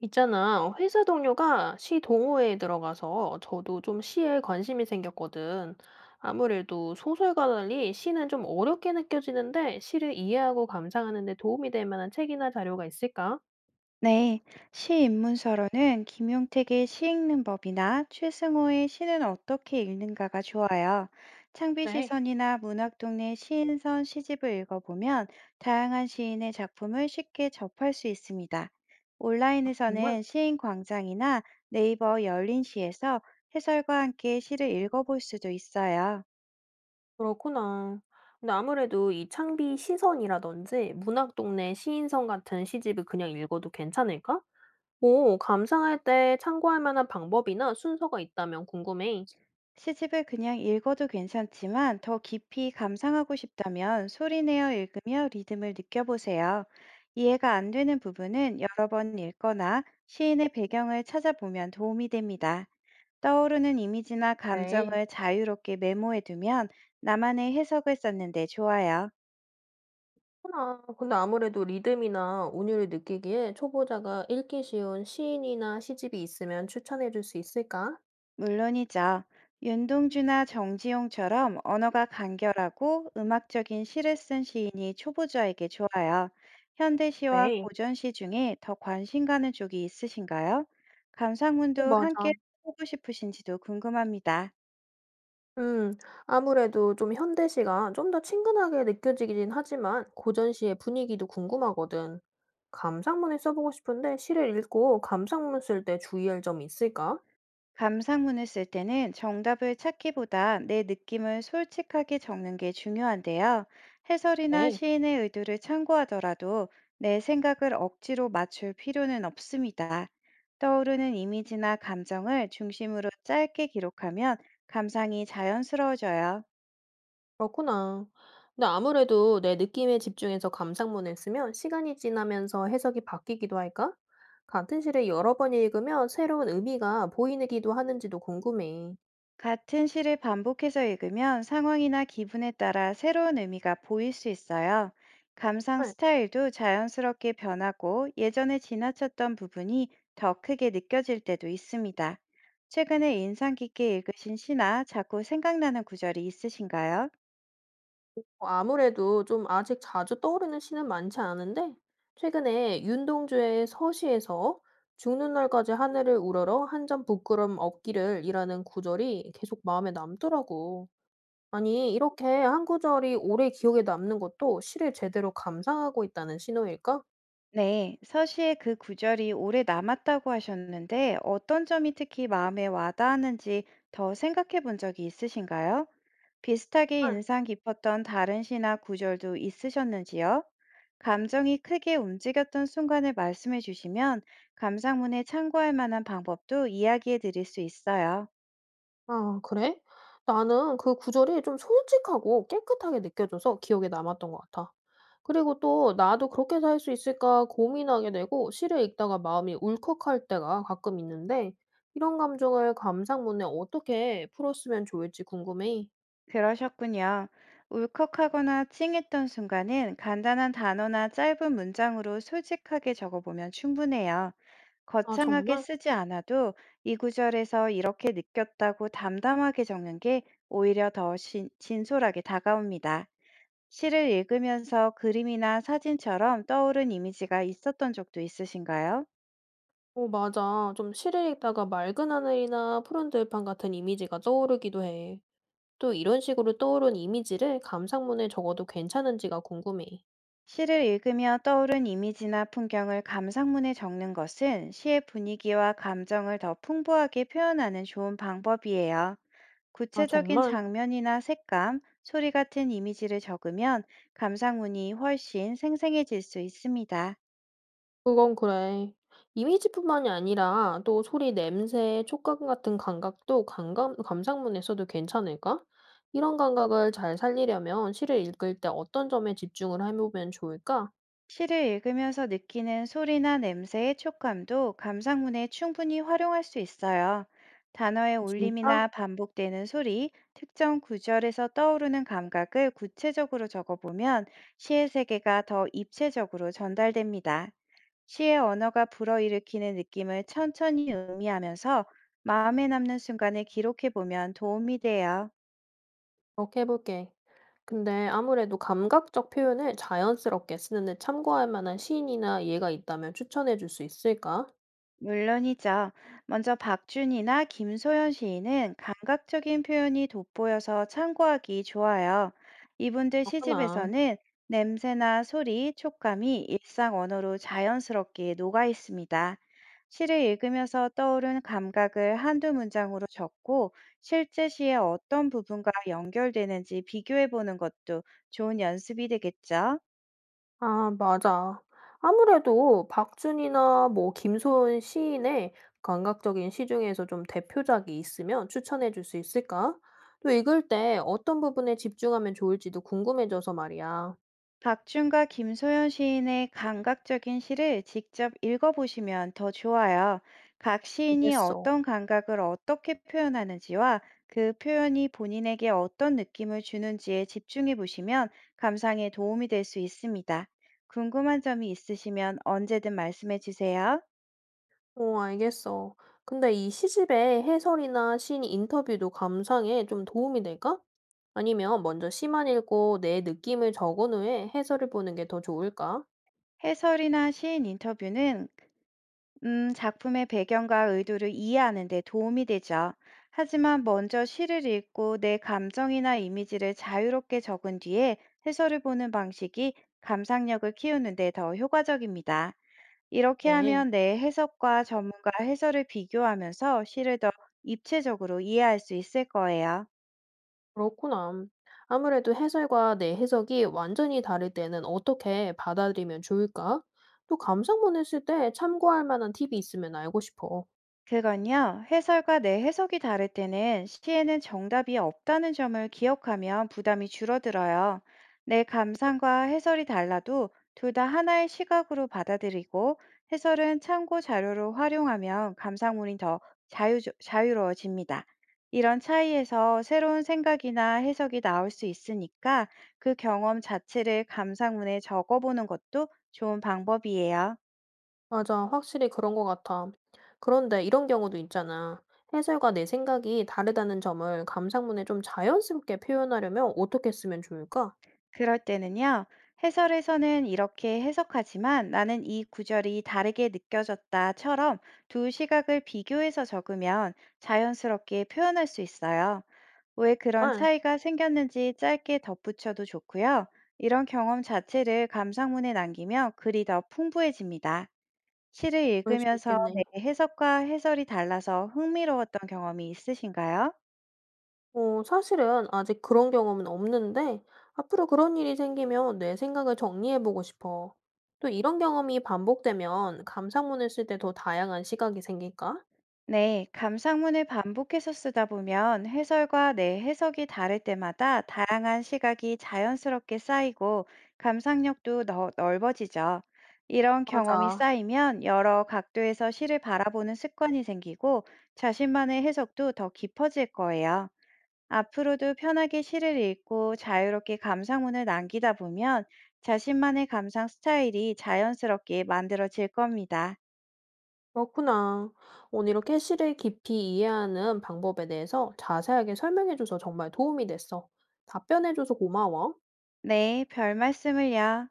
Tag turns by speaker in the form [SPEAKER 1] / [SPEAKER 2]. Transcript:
[SPEAKER 1] 있잖아, 회사 동료가 시 동호회에 들어가서 저도 좀 시에 관심이 생겼거든. 아무래도 소설과 달리 시는 좀 어렵게 느껴지는데 시를 이해하고 감상하는 데 도움이 될 만한 책이나 자료가 있을까?
[SPEAKER 2] 네, 시인문서로는 김용택의 시 읽는 법이나 최승호의 시는 어떻게 읽는가가 좋아요.
[SPEAKER 1] 네,
[SPEAKER 2] 창비시선이나 문학동네 시인선 시집을 읽어보면 다양한 시인의 작품을 쉽게 접할 수 있습니다.
[SPEAKER 1] 정말?
[SPEAKER 2] 온라인에서는 시인 광장이나 네이버 열린시에서 해설과 함께 시를 읽어볼 수도 있어요.
[SPEAKER 1] 그렇구나. 근데 아무래도 이 창비 시선이라든지 문학 동네 시인성 같은 시집을 그냥 읽어도 괜찮을까? 오, 감상할 때 참고할 만한 방법이나 순서가 있다면 궁금해.
[SPEAKER 2] 시집을 그냥 읽어도 괜찮지만 더 깊이 감상하고 싶다면 소리 내어 읽으며 리듬을 느껴보세요. 이해가 안 되는 부분은 여러 번 읽거나 시인의 배경을 찾아보면 도움이 됩니다. 떠오르는 이미지나
[SPEAKER 1] 네.
[SPEAKER 2] 감정을 자유롭게 메모해두면 나만의 해석을 썼는데 좋아요.
[SPEAKER 1] 그렇구나. 근데 아무래도 리듬이나 운율을 느끼기에 초보자가 읽기 쉬운 시인이나 시집이 있으면 추천해 줄 수 있을까?
[SPEAKER 2] 물론이죠. 윤동주나 정지용처럼 언어가 간결하고 음악적인 시를 쓴 시인이 초보자에게 좋아요. 현대시와
[SPEAKER 1] 네.
[SPEAKER 2] 고전시 중에 더 관심 가는 쪽이 있으신가요?
[SPEAKER 1] 어,
[SPEAKER 2] 감상문도 함께
[SPEAKER 1] 맞아.
[SPEAKER 2] 보고 싶으신지도 궁금합니다.
[SPEAKER 1] 음, 아무래도 좀 현대시가 좀 더 친근하게 느껴지긴 하지만 고전시의 분위기도 궁금하거든. 감상문을 써보고 싶은데 시를 읽고 감상문 쓸 때 주의할 점이 있을까?
[SPEAKER 2] 감상문을 쓸 때는 정답을 찾기보다 내 느낌을 솔직하게 적는 게 중요한데요. 해설이나
[SPEAKER 1] 네.
[SPEAKER 2] 시인의 의도를 참고하더라도 내 생각을 억지로 맞출 필요는 없습니다. 떠오르는 이미지나 감정을 중심으로 짧게 기록하면 감상이 자연스러워져요.
[SPEAKER 1] 그렇구나. 근데 아무래도 내 느낌에 집중해서 감상문을 쓰면 시간이 지나면서 해석이 바뀌기도 할까? 같은 시를 여러 번 읽으면 새로운 의미가 보이기도 하는지도 궁금해.
[SPEAKER 2] 같은 시를 반복해서 읽으면 상황이나 기분에 따라 새로운 의미가 보일 수 있어요. 감상
[SPEAKER 1] 정말
[SPEAKER 2] 스타일도 자연스럽게 변하고 예전에 지나쳤던 부분이 더 크게 느껴질 때도 있습니다. 최근에 인상 깊게 읽으신 시나 자꾸 생각나는 구절이 있으신가요?
[SPEAKER 1] 어, 아무래도 좀 아직 자주 떠오르는 시는 많지 않은데, 최근에 윤동주의 서시에서 죽는 날까지 하늘을 우러러 한 점 부끄럼 없기를 이라는 구절이 계속 마음에 남더라고. 아니, 이렇게 한 구절이 오래 기억에 남는 것도 시를 제대로 감상하고 있다는 신호일까?
[SPEAKER 2] 네, 서시의 그 구절이 오래 남았다고 하셨는데 어떤 점이 특히 마음에 와닿았는지 더 생각해 본 적이 있으신가요? 비슷하게
[SPEAKER 1] 응.
[SPEAKER 2] 인상 깊었던 다른 시나 구절도 있으셨는지요? 감정이 크게 움직였던 순간을 말씀해 주시면 감상문에 참고할 만한 방법도 이야기해 드릴 수 있어요.
[SPEAKER 1] 아, 그래? 나는 그 구절이 좀 솔직하고 깨끗하게 느껴져서 기억에 남았던 것 같아. 그리고 또 나도 그렇게 살 수 있을까 고민하게 되고 시를 읽다가 마음이 울컥할 때가 가끔 있는데 이런 감정을 감상문에 어떻게 풀었으면 좋을지 궁금해.
[SPEAKER 2] 그러셨군요. 울컥하거나 찡했던 순간은 간단한 단어나 짧은 문장으로 솔직하게 적어보면 충분해요.
[SPEAKER 1] 아,
[SPEAKER 2] 거창하게
[SPEAKER 1] 정말?
[SPEAKER 2] 쓰지 않아도 이 구절에서 이렇게 느꼈다고 담담하게 적는 게 오히려 더 진솔하게 다가옵니다. 시를 읽으면서 그림이나 사진처럼 떠오른 이미지가 있었던 적도 있으신가요?
[SPEAKER 1] 어, 맞아. 좀 시를 읽다가 맑은 하늘이나 푸른 들판 같은 이미지가 떠오르기도 해. 또 이런 식으로 떠오른 이미지를 감상문에 적어도 괜찮은지가 궁금해.
[SPEAKER 2] 시를 읽으며 떠오른 이미지나 풍경을 감상문에 적는 것은 시의 분위기와 감정을 더 풍부하게 표현하는 좋은 방법이에요.
[SPEAKER 1] 아,
[SPEAKER 2] 구체적인
[SPEAKER 1] 정말?
[SPEAKER 2] 장면이나 색감, 소리 같은 이미지를 적으면 감상문이 훨씬 생생해질 수 있습니다.
[SPEAKER 1] 그건 그래. 이미지뿐만이 아니라 또 소리, 냄새, 촉감 같은 감각도 감상문에 써도 괜찮을까? 이런 감각을 잘 살리려면 시를 읽을 때 어떤 점에 집중을 해보면 좋을까?
[SPEAKER 2] 시를 읽으면서 느끼는 소리나 냄새의 촉감도 감상문에 충분히 활용할 수 있어요.
[SPEAKER 1] 아,
[SPEAKER 2] 단어의
[SPEAKER 1] 진짜?
[SPEAKER 2] 울림이나 반복되는 소리, 특정 구절에서 떠오르는 감각을 구체적으로 적어보면 시의 세계가 더 입체적으로 전달됩니다. 시의 언어가 불어일으키는 느낌을 천천히 의미하면서 마음에 남는 순간을 기록해보면 도움이 돼요.
[SPEAKER 1] 그렇게 해볼게. 근데 아무래도 감각적 표현을 자연스럽게 쓰는데 참고할 만한 시인이나 예가 있다면 추천해 줄 수 있을까?
[SPEAKER 2] 물론이죠. 먼저 박준이나 김소연 시인은 감각적인 표현이 돋보여서 참고하기 좋아요. 이분들
[SPEAKER 1] 그렇구나.
[SPEAKER 2] 시집에서는 냄새나 소리, 촉감이 일상 언어로 자연스럽게 녹아 있습니다. 시를 읽으면서 떠오른 감각을 한두 문장으로 적고 실제 시의 어떤 부분과 연결되는지 비교해 보는 것도 좋은 연습이 되겠죠.
[SPEAKER 1] 아 맞아. 아무래도 박준이나 뭐 김소은 시인의 감각적인 시 중에서 좀 대표작이 있으면 추천해 줄 수 있을까? 또 읽을 때 어떤 부분에 집중하면 좋을지도 궁금해져서 말이야.
[SPEAKER 2] 박준과 김소연 시인의 감각적인 시를 직접 읽어보시면 더 좋아요. 각 시인이
[SPEAKER 1] 알겠어.
[SPEAKER 2] 어떤 감각을 어떻게 표현하는지와 그 표현이 본인에게 어떤 느낌을 주는지에 집중해 보시면 감상에 도움이 될 수 있습니다. 궁금한 점이 있으시면 언제든 말씀해 주세요.
[SPEAKER 1] 어 알겠어. 근데 이 시집의 해설이나 시인 인터뷰도 감상에 좀 도움이 될까? 아니면 먼저 시만 읽고 내 느낌을 적은 후에 해설을 보는 게 더 좋을까?
[SPEAKER 2] 해설이나 시인 인터뷰는 작품의 배경과 의도를 이해하는 데 도움이 되죠. 하지만 먼저 시를 읽고 내 감정이나 이미지를 자유롭게 적은 뒤에 해설을 보는 방식이 감상력을 키우는 데 더 효과적입니다. 이렇게
[SPEAKER 1] 네.
[SPEAKER 2] 하면 내 해석과 전문가 해설을 비교하면서 시를 더 입체적으로 이해할 수 있을 거예요.
[SPEAKER 1] 그렇구나. 아무래도 해설과 내 해석이 완전히 다를 때는 어떻게 받아들이면 좋을까? 또 감상문 했을 때 참고할 만한 팁이 있으면 알고 싶어.
[SPEAKER 2] 그건요, 해설과 내 해석이 다를 때는 시에는 정답이 없다는 점을 기억하면 부담이 줄어들어요. 내 감상과 해설이 달라도 둘 다 하나의 시각으로 받아들이고 해설은 참고 자료로 활용하면 감상문이 더 자유로워집니다. 이런 차이에서 새로운 생각이나 해석이 나올 수 있으니까 그 경험 자체를 감상문에 적어보는 것도 좋은 방법이에요.
[SPEAKER 1] 맞아, 확실히 그런 것 같아. 그런데 이런 경우도 있잖아. 해설과 내 생각이 다르다는 점을 감상문에 좀 자연스럽게 표현하려면 어떻게 쓰면 좋을까?
[SPEAKER 2] 그럴 때는요, 해설에서는 이렇게 해석하지만 나는 이 구절이 다르게 느껴졌다처럼 두 시각을 비교해서 적으면 자연스럽게 표현할 수 있어요. 왜 그런
[SPEAKER 1] 아,
[SPEAKER 2] 차이가 생겼는지 짧게 덧붙여도 좋고요. 이런 경험 자체를 감상문에 남기면 글이 더 풍부해집니다. 시를
[SPEAKER 1] 그럴 수
[SPEAKER 2] 읽으면서
[SPEAKER 1] 있겠네.
[SPEAKER 2] 내 해석과 해설이 달라서 흥미로웠던 경험이 있으신가요?
[SPEAKER 1] 어, 사실은 아직 그런 경험은 없는데, 앞으로 그런 일이 생기면 내 생각을 정리해보고 싶어. 또 이런 경험이 반복되면 감상문을 쓸 때 더 다양한 시각이 생길까?
[SPEAKER 2] 네, 감상문을 반복해서 쓰다 보면 해설과 내 해석이 다를 때마다 다양한 시각이 자연스럽게 쌓이고 감상력도 더 넓어지죠. 이런 경험이
[SPEAKER 1] 맞아.
[SPEAKER 2] 쌓이면 여러 각도에서 시를 바라보는 습관이 생기고 자신만의 해석도 더 깊어질 거예요. 앞으로도 편하게 시를 읽고 자유롭게 감상문을 남기다 보면 자신만의 감상 스타일이 자연스럽게 만들어질 겁니다.
[SPEAKER 1] 그렇구나. 오늘 이렇게 시를 깊이 이해하는 방법에 대해서 자세하게 설명해줘서 정말 도움이 됐어. 답변해줘서 고마워.
[SPEAKER 2] 네, 별 말씀을요.